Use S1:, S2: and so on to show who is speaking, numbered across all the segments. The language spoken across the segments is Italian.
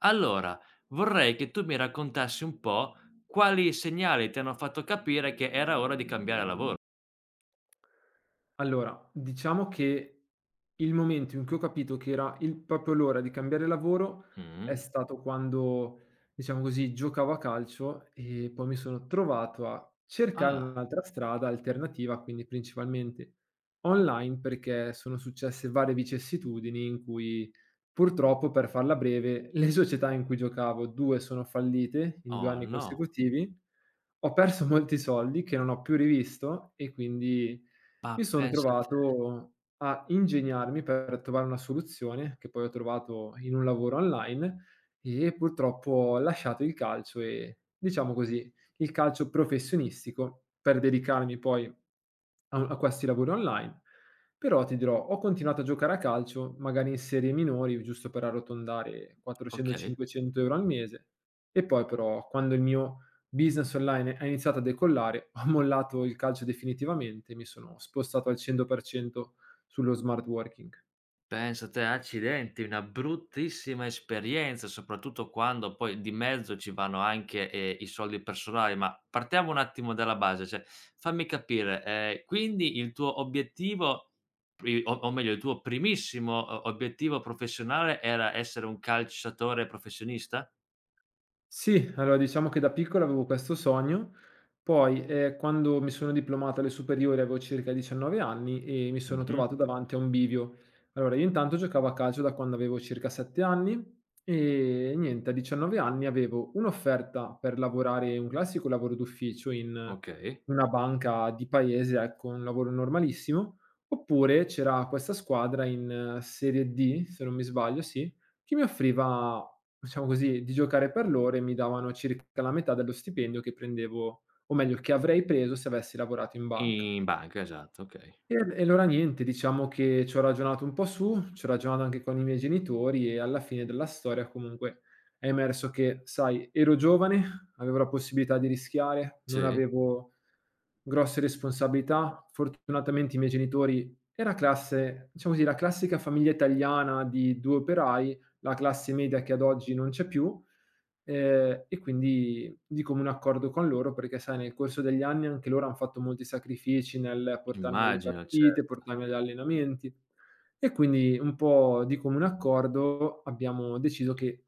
S1: Allora, vorrei che tu mi raccontassi un po' quali segnali ti hanno fatto capire che era ora di cambiare lavoro.
S2: Allora, diciamo che il momento in cui ho capito che era il proprio l'ora di cambiare lavoro
S1: Mh.
S2: è stato quando, diciamo così, giocavo a calcio e poi mi sono trovato a cercare
S1: Ah,
S2: un'altra strada alternativa, quindi principalmente online, perché sono successe varie vicissitudini in cui purtroppo, per farla breve, le società in cui giocavo, due sono fallite in 2
S1: oh
S2: anni
S1: no,
S2: consecutivi. Ho perso molti soldi che non ho più rivisto e quindi
S1: ma
S2: mi son
S1: pensa te.
S2: trovato a ingegnarmi per trovare una soluzione, che poi ho trovato in un lavoro online, e purtroppo ho lasciato il calcio e, diciamo così, il calcio professionistico per dedicarmi poi a u a questi lavori online. Però ti dirò, ho continuato a giocare a calcio, magari in serie minori, giusto per arrotondare 400,
S1: Okay.
S2: 500 € al mese, e poi però quando il mio business online ha iniziato a decollare, ho mollato il calcio definitivamente e mi sono spostato al 100% sullo smart working.
S1: Pensa te, accidenti, una bruttissima esperienza, soprattutto quando poi di mezzo ci vanno anche, i soldi personali. Ma partiamo un attimo dalla base, cioè fammi capire, quindi il tuo obiettivo pri o meglio il tuo primissimo o obiettivo professionale era essere un calciatore professionista?
S2: Sì, allora diciamo che da piccolo avevo questo sogno, poi, quando mi sono diplomato alle superiori avevo circa 19 anni e mi sono
S1: Mh-mh,
S2: trovato davanti a un bivio. Allora io intanto giocavo a calcio da quando avevo circa 7 anni e niente, a 19 anni avevo un'offerta per lavorare un classico lavoro d'ufficio in
S1: okay.
S2: una banca di paese, ecco, un lavoro normalissimo, oppure c'era questa squadra in Serie D, se non mi sbaglio, sì, che mi offriva, diciamo così, di giocare per l'ora e mi davano circa la metà dello stipendio che prendevo o meglio che avrei preso se avessi lavorato in banca.
S1: In banca, esatto, okay.
S2: E allora niente, diciamo che ci ho ragionato un po' su, ci ho ragionato anche con i miei genitori e alla fine della storia comunque è emerso che, sai, ero giovane, avevo la possibilità di rischiare, non
S1: Sì,
S2: avevo grosse responsabilità. Fortunatamente i miei genitori era classe, diciamo così, la classica famiglia italiana di 2 operai, la classe media che ad oggi non c'è più. E quindi di comune accordo con loro, perché sai nel corso degli anni anche loro han fatto molti sacrifici nel portarmi alle
S1: immagino, cer
S2: partite, portarmi agli allenamenti e quindi un po' di comune accordo abbiamo deciso che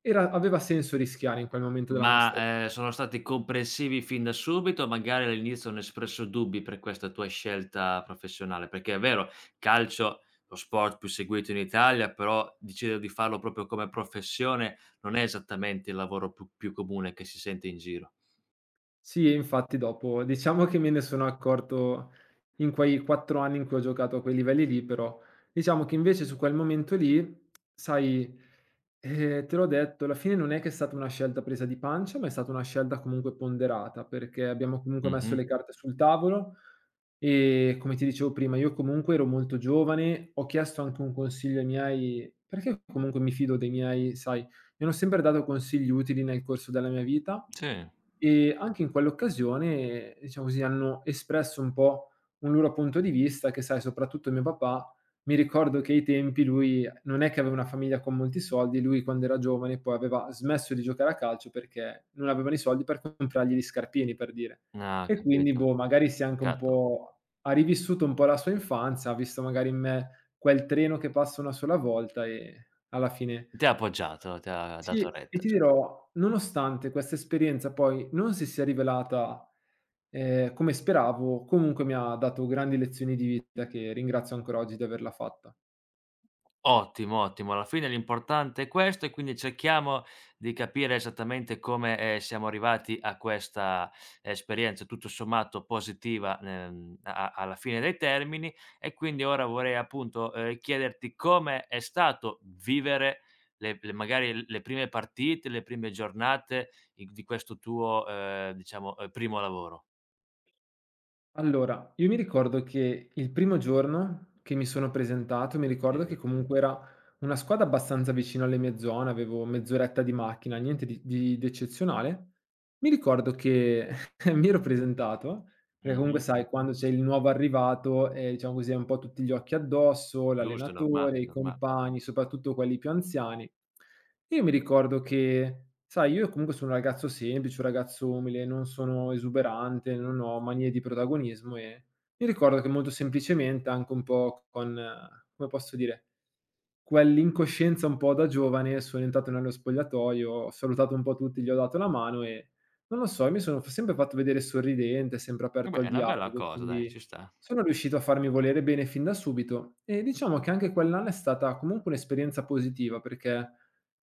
S2: era aveva senso rischiare in quel momento della
S1: ma,
S2: nostra vita.
S1: sono stati comprensivi fin da subito, magari all'inizio hanno espresso dubbi per questa tua scelta professionale? Perché è vero, calcio, lo sport più seguito in Italia, però decidere di farlo proprio come professione non è esattamente il lavoro più comune che si sente in giro.
S2: Sì, e infatti dopo diciamo che me ne sono accorto in quei 4 anni in cui ho giocato a quei livelli lì, però diciamo che invece su quel momento lì, sai, te l'ho detto, alla fine non è che è stata una scelta presa di pancia, ma è stata una scelta comunque ponderata, perché abbiamo comunque messo
S1: Mh-mh,
S2: le carte sul tavolo e, come ti dicevo prima, io comunque ero molto giovane, ho chiesto anche un consiglio ai miei perché comunque mi fido dei miei, sai, mi hanno sempre dato consigli utili nel corso della mia vita
S1: sì.
S2: e anche in quell'occasione, diciamo così, hanno espresso un po' un loro punto di vista che, sai, soprattutto mio papà, mi ricordo che ai tempi lui non è che aveva una famiglia con molti soldi, lui quando era giovane poi aveva smesso di giocare a calcio perché non avevano i soldi per comprargli gli scarpini, per dire.
S1: Ah,
S2: E quindi,
S1: capito,
S2: boh, magari si è anche un
S1: peccato.
S2: po' ha rivissuto un po' la sua infanzia, ha visto magari in me quel treno che passa una sola volta e alla fine
S1: Ti ha appoggiato, ti ha
S2: sì,
S1: dato
S2: e
S1: retta.
S2: ti dirò, nonostante questa esperienza poi non si sia rivelata, come speravo, comunque mi ha dato grandi lezioni di vita che ringrazio ancora oggi di averla fatta.
S1: Ottimo, ottimo. Alla fine l'importante è questo e quindi cerchiamo di capire esattamente come, siamo arrivati a questa esperienza tutto sommato positiva, a a alla fine dei termini e quindi ora vorrei appunto, chiederti come è stato vivere le magari l le prime partite, le prime giornate i di questo tuo, diciamo, primo lavoro.
S2: Allora, io mi ricordo che il primo giorno che mi sono presentato, mi ricordo che
S1: Sì.
S2: comunque era una squadra abbastanza vicino alle mie zone, avevo mezz'oretta di macchina, niente di eccezionale. Mi ricordo che mi ero presentato perché comunque
S1: Mh-mh.
S2: sai quando c'è il nuovo arrivato, diciamo così, hai un po' tutti gli occhi addosso,
S1: Giusto, è normale,
S2: l'allenatore,
S1: è
S2: i
S1: normale.
S2: compagni, soprattutto quelli più anziani. Io mi ricordo che, sai, io comunque sono un ragazzo semplice, un ragazzo umile, non sono esuberante, non ho manie di protagonismo e mi ricordo che molto semplicemente, anche un po' con, come posso dire, quell'incoscienza un po' da giovane, sono entrato nello spogliatoio, ho salutato un po' tutti, gli ho dato la mano e non lo so, io mi sono f sempre fatto vedere sorridente, sempre
S1: Eh
S2: aperto
S1: beh,
S2: al
S1: è una bella
S2: dialogo,
S1: cosa dai,
S2: quindi
S1: ci sta.
S2: sono riuscito a farmi volere bene fin da subito e diciamo che anche quell'anno è stata comunque un'esperienza positiva, perché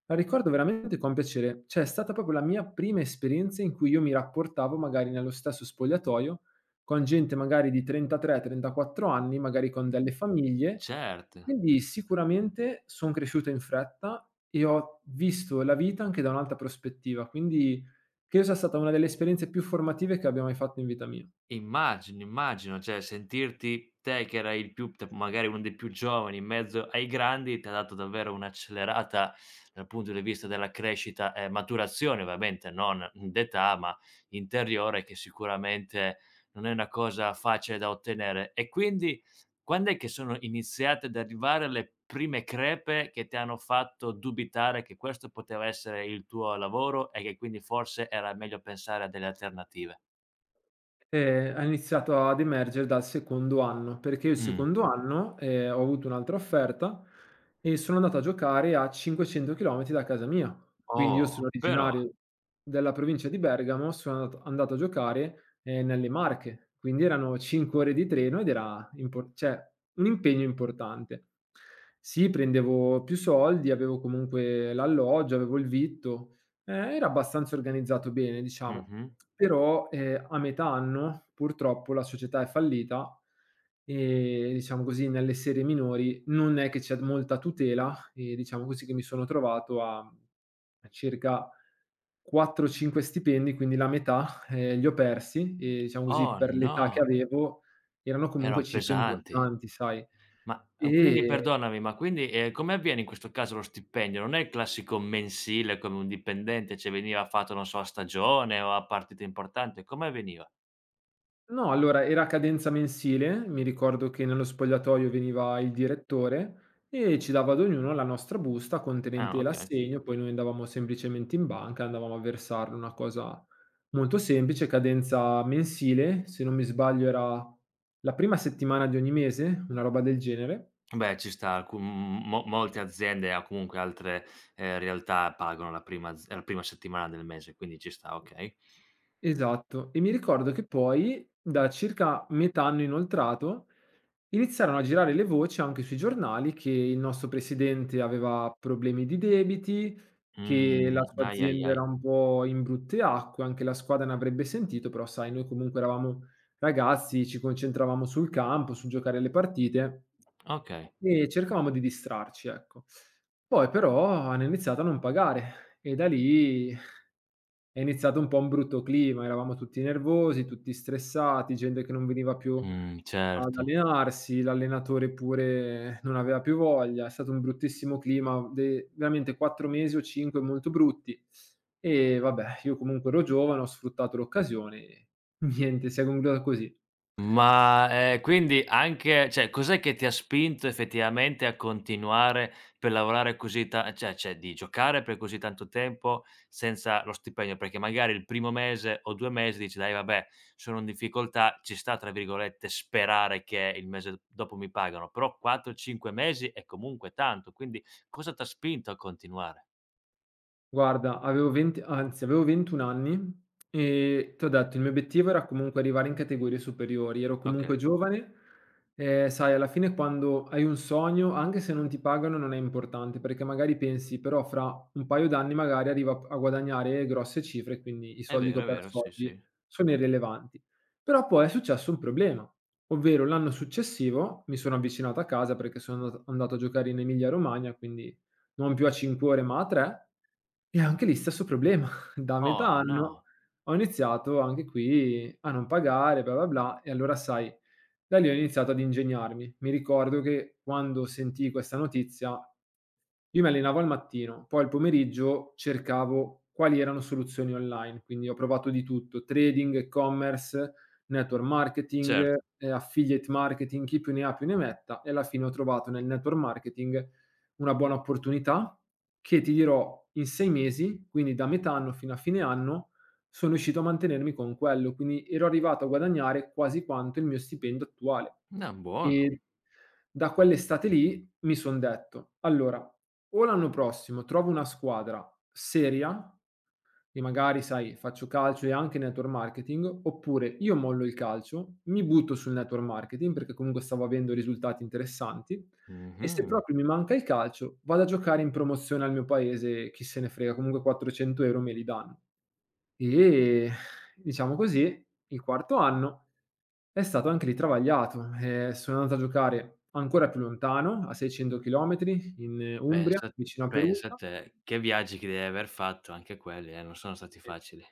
S2: la ricordo veramente con piacere. Cioè, è stata proprio la mia prima esperienza in cui io mi rapportavo magari nello stesso spogliatoio con gente magari di 33, 34 anni, magari con delle famiglie,
S1: Certo.
S2: quindi sicuramente son cresciuto in fretta e ho visto la vita anche da un'altra prospettiva. Quindi che io sia stata una delle esperienze più formative che abbia mai fatto in vita mia.
S1: Immagino, immagino, cioè sentirti te che era il più t magari uno dei più giovani in mezzo ai grandi, t'ha dato davvero un'accelerata dal punto di vista della crescita e maturazione, ovviamente non d'età, ma interiore, che sicuramente non è una cosa facile da ottenere. E quindi quand'è che sono iniziate ad arrivare le prime crepe che ti hanno fatto dubitare che questo poteva essere il tuo lavoro e che quindi forse era meglio pensare a delle alternative?
S2: Ha iniziato ad emergere dal secondo anno, perché io il
S1: Mh.
S2: secondo anno, ho avuto un'altra offerta e sono andato a giocare a 500 chilometri da casa mia. Quindi io
S1: Oh,
S2: sono
S1: però.
S2: originario della provincia di Bergamo, sono andato a giocare, nelle Marche, quindi erano 5 ore di treno ed era impor cioè un impegno importante. Sì, prendevo più soldi, avevo comunque l'alloggio, avevo il vitto, era abbastanza organizzato bene, diciamo.
S1: Mh-mh.
S2: Però, a metà anno purtroppo la società è fallita e, diciamo così, nelle serie minori non è che c'è molta tutela e diciamo così che mi sono trovato a circa 4, 5 stipendi, quindi la metà, li ho persi e diciamo così
S1: Oh
S2: per l'età che
S1: no,
S2: avevo erano comunque
S1: erano
S2: cifre
S1: pesanti.
S2: importanti, sai.
S1: Ma,
S2: E
S1: perdonami, ma quindi, come avviene in questo caso lo stipendio? Non è il classico mensile come un dipendente, cioè veniva fatto, non so, a stagione o a partita importante, come avveniva?
S2: no, allora era a cadenza mensile, mi ricordo che nello spogliatoio veniva il direttore e ci dava ad ognuno la nostra busta
S1: Ah,
S2: contenente
S1: okay.
S2: l'assegno, poi noi andavamo semplicemente in banca, andavamo a versarlo, una cosa molto semplice, cadenza mensile, se non mi sbaglio era la prima settimana di ogni mese, una roba del genere.
S1: Beh, ci sta, alcu m mo molte aziende o comunque altre, realtà pagano la prima settimana del mese, quindi ci sta, okay.
S2: Esatto, e mi ricordo che poi da circa metà anno inoltrato iniziarono a girare le voci anche sui giornali che il nostro presidente aveva problemi di debiti, che la sua
S1: Ai, ai,
S2: azienda
S1: ai.
S2: era un po' in brutte acque, anche la squadra ne avrebbe sentito, però sai noi comunque eravamo ragazzi, ci concentravamo sul campo, sul giocare le partite
S1: Okay.
S2: e cercavamo di distrarci, ecco. Poi però hanno iniziato a non pagare e da lì è iniziato un po' un brutto clima, eravamo tutti nervosi, tutti stressati, gente che non veniva più ad
S1: Certo.
S2: allenarsi, l'allenatore pure non aveva più voglia, è stato un bruttissimo clima, de veramente 4 mesi o 5 molto brutti. E vabbè, io comunque ero giovane, ho sfruttato l'occasione e niente, si è conclusa così.
S1: Ma, quindi anche cioè cos'è che ti ha spinto effettivamente a continuare per lavorare così ta cioè cioè di giocare per così tanto tempo senza lo stipendio? Perché magari il primo mese o 2 mesi dici: "Dai vabbè, sono in difficoltà, ci sta, tra virgolette, "sperare" che il mese dopo mi pagano", però 4, 5 mesi è comunque tanto, quindi cosa t'ha spinto a continuare?
S2: Guarda, avevo 20 anzi avevo 21 anni e t'ho detto il mio obiettivo era comunque arrivare in categorie superiori, ero comunque
S1: Okay,
S2: giovane. Sai alla fine quando hai un sogno, anche se non ti pagano non è importante, perché magari pensi: "Però fra un paio d'anni magari arrivo a guadagnare grosse cifre, quindi i soldi che ho
S1: è vero,
S2: perso
S1: sì,
S2: oggi
S1: sì.
S2: sono irrilevanti". Però poi è successo un problema, ovvero l'anno successivo mi sono avvicinato a casa perché sono andato a giocare in Emilia Romagna, quindi non più a 5 ore ma a 3 e anche lì stesso problema. Da metà
S1: Oh
S2: anno
S1: no!
S2: ho iniziato anche qui a non pagare, bla, bla, bla, e allora sai, da lì ho iniziato ad ingegnarmi. Mi ricordo che quando sentii questa notizia io mi allenavo al mattino, poi al pomeriggio cercavo quali erano soluzioni online, quindi ho provato di tutto: trading, e-commerce, network marketing,
S1: Certo.
S2: affiliate marketing, chi più ne ha più ne metta, e alla fine ho trovato nel network marketing una buona opportunità che, ti dirò, in 6 mesi, quindi da metà anno fino a fine anno, sono riuscito a mantenermi con quello, quindi ero arrivato a guadagnare quasi quanto il mio stipendio attuale.
S1: No, buono.
S2: E da quell'estate lì mi son detto: "Allora, o l'anno prossimo trovo una squadra seria e magari, sai, faccio calcio e anche network marketing, oppure io mollo il calcio, mi butto sul network marketing perché comunque stavo avendo risultati interessanti e se
S1: Mh-mh.
S2: proprio mi manca il calcio vado a giocare in promozione al mio paese, chi se ne frega, comunque 400 € me li danno". E diciamo così, il quarto anno è stato anche lì travagliato. Sono andato a giocare ancora più lontano, a 600 chilometri in Umbria,
S1: Pensa
S2: vicino a
S1: pensa
S2: Perugia.
S1: te, che viaggi che devi aver fatto anche quelli, non sono stati
S2: E
S1: facili.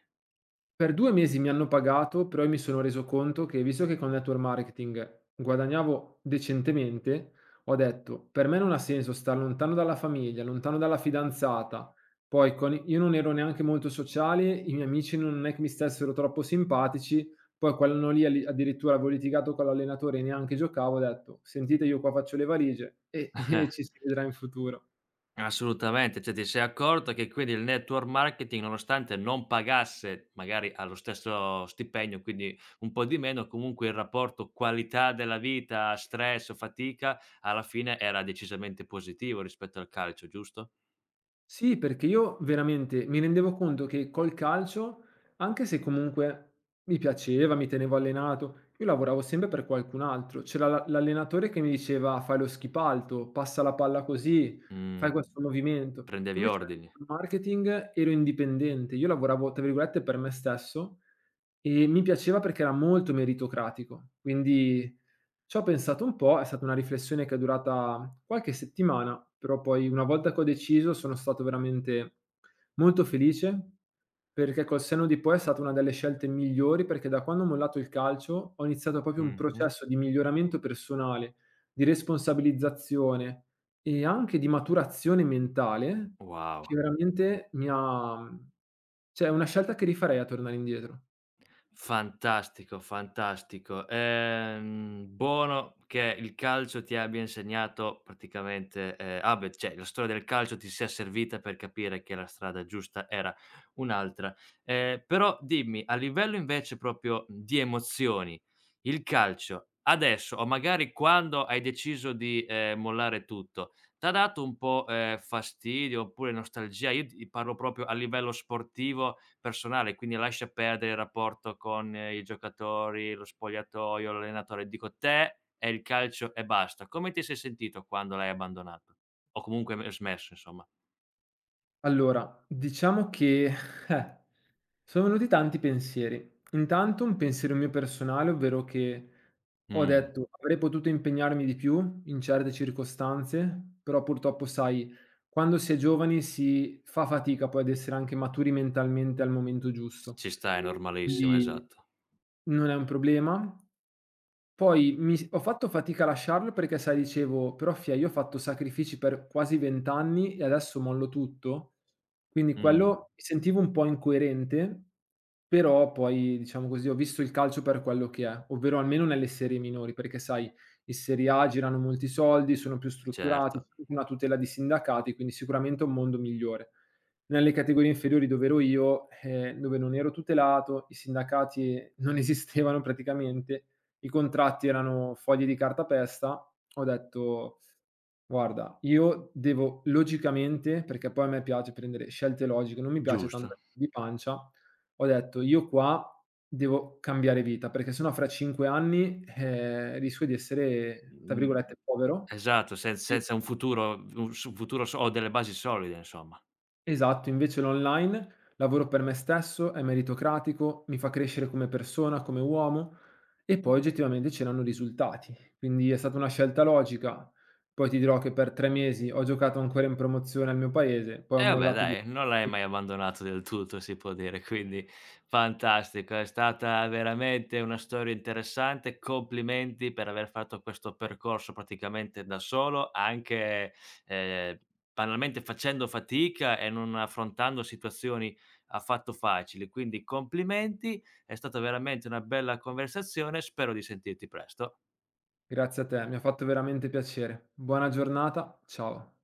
S2: per 2 mesi mi hanno pagato, però io mi sono reso conto che visto che con network marketing guadagnavo decentemente, ho detto: "Per me non ha senso star lontano dalla famiglia, lontano dalla fidanzata". Poi con i io non ero neanche molto sociale, i miei amici non è che mi stessero troppo simpatici, poi quell'anno lì ali addirittura avevo litigato con l'allenatore e neanche giocavo, ho detto: "Sentite, io qua faccio le valigie e e ci si vedrà in futuro".
S1: Assolutamente, cioè ti sei accorta che quindi il network marketing, nonostante non pagasse magari allo stesso stipendio, quindi un po' di meno, comunque il rapporto qualità della vita, stress, fatica, alla fine era decisamente positivo rispetto al calcio, giusto?
S2: Sì, perché io veramente mi rendevo conto che col calcio, anche se comunque mi piaceva, mi tenevo allenato, io lavoravo sempre per qualcun altro. C'era l'allenatore che mi diceva fai lo schipalto, passa la palla così,
S1: Mh,
S2: fai questo movimento.
S1: prendevi
S2: Invece
S1: ordini.
S2: nel marketing ero indipendente, io lavoravo tra virgolette per me stesso e mi piaceva perché era molto meritocratico. Quindi c'ho pensato un po', è stata una riflessione che è durata qualche settimana, però poi una volta che ho deciso sono stato veramente molto felice, perché col senno di poi è stata una delle scelte migliori, perché da quando ho mollato il calcio ho iniziato proprio un
S1: Mh-mh.
S2: processo di miglioramento personale, di responsabilizzazione e anche di maturazione mentale che
S1: Wow.
S2: veramente mi ha, cioè è una scelta che rifarei a tornare indietro.
S1: Fantastico, fantastico. Buono che il calcio ti abbia insegnato praticamente, ah beh, cioè la storia del calcio ti sia servita per capire che la strada giusta era un'altra. Però dimmi, a livello invece proprio di emozioni, il calcio adesso o magari quando hai deciso di, mollare tutto, t'ha dato un po', fastidio oppure nostalgia? Io ti parlo proprio a livello sportivo personale, quindi lascia perdere il rapporto con i giocatori, lo spogliatoio, l'allenatore. Dico te è il calcio e basta. Come ti sei sentito quando l'hai abbandonato? O comunque m smesso insomma.
S2: Allora, diciamo che, eh, sono venuti tanti pensieri. Intanto un pensiero mio personale, ovvero che ho
S1: Mh.
S2: detto: "Avrei potuto impegnarmi di più in certe circostanze", però purtroppo sai, quando si è giovani si fa fatica poi ad essere anche maturi mentalmente al momento
S1: C
S2: giusto.
S1: Ci sta, è normalissimo,
S2: Quindi
S1: esatto.
S2: non è un problema. Poi mi s ho fatto fatica a lasciarlo perché sai dicevo: "Però fia, io ho fatto sacrifici per quasi 20 anni e adesso mollo tutto?" Quindi
S1: Mh.
S2: quello mi sentivo un po' incoerente, però poi, diciamo così, ho visto il calcio per quello che è, ovvero almeno nelle serie minori, perché sai in Serie A girano molti soldi, sono più strutturati, c'è
S1: Certo,
S2: anche una tutela di sindacati, quindi sicuramente è un mondo migliore. Nelle categorie inferiori dove ero io, dove non ero tutelato, i sindacati non esistevano praticamente, i contratti erano fogli di cartapesta, ho detto: "Guarda, io devo logicamente", perché poi a me piace prendere scelte logiche, non mi piace tanto
S1: giusto.
S2: di pancia, ho detto: "Io qua devo cambiare vita, perché se no fra 5 anni, rischio di essere, tra
S1: Mhmm,
S2: virgolette, 'povero'".
S1: esatto,
S2: E
S1: senza un futuro un s futuro so o delle basi solide insomma.
S2: esatto, invece l'online lavoro per me stesso, è meritocratico, mi fa crescere come persona, come uomo e poi oggettivamente c'erano risultati. Quindi è stata una scelta logica. Poi ti dirò che per 3 mesi ho giocato ancora in promozione al mio paese, poi ho
S1: E vabbè
S2: mollato di
S1: dai, non l'hai mai abbandonato del tutto si può dire, quindi fantastico. È stata veramente una storia interessante. Complimenti per aver fatto questo percorso praticamente da solo, anche, ehm, banalmente facendo fatica e non affrontando situazioni affatto facili. Quindi complimenti, è stata veramente una bella conversazione, spero di sentirti presto.
S2: grazie a te, mi ha fatto veramente piacere. Buona giornata, ciao.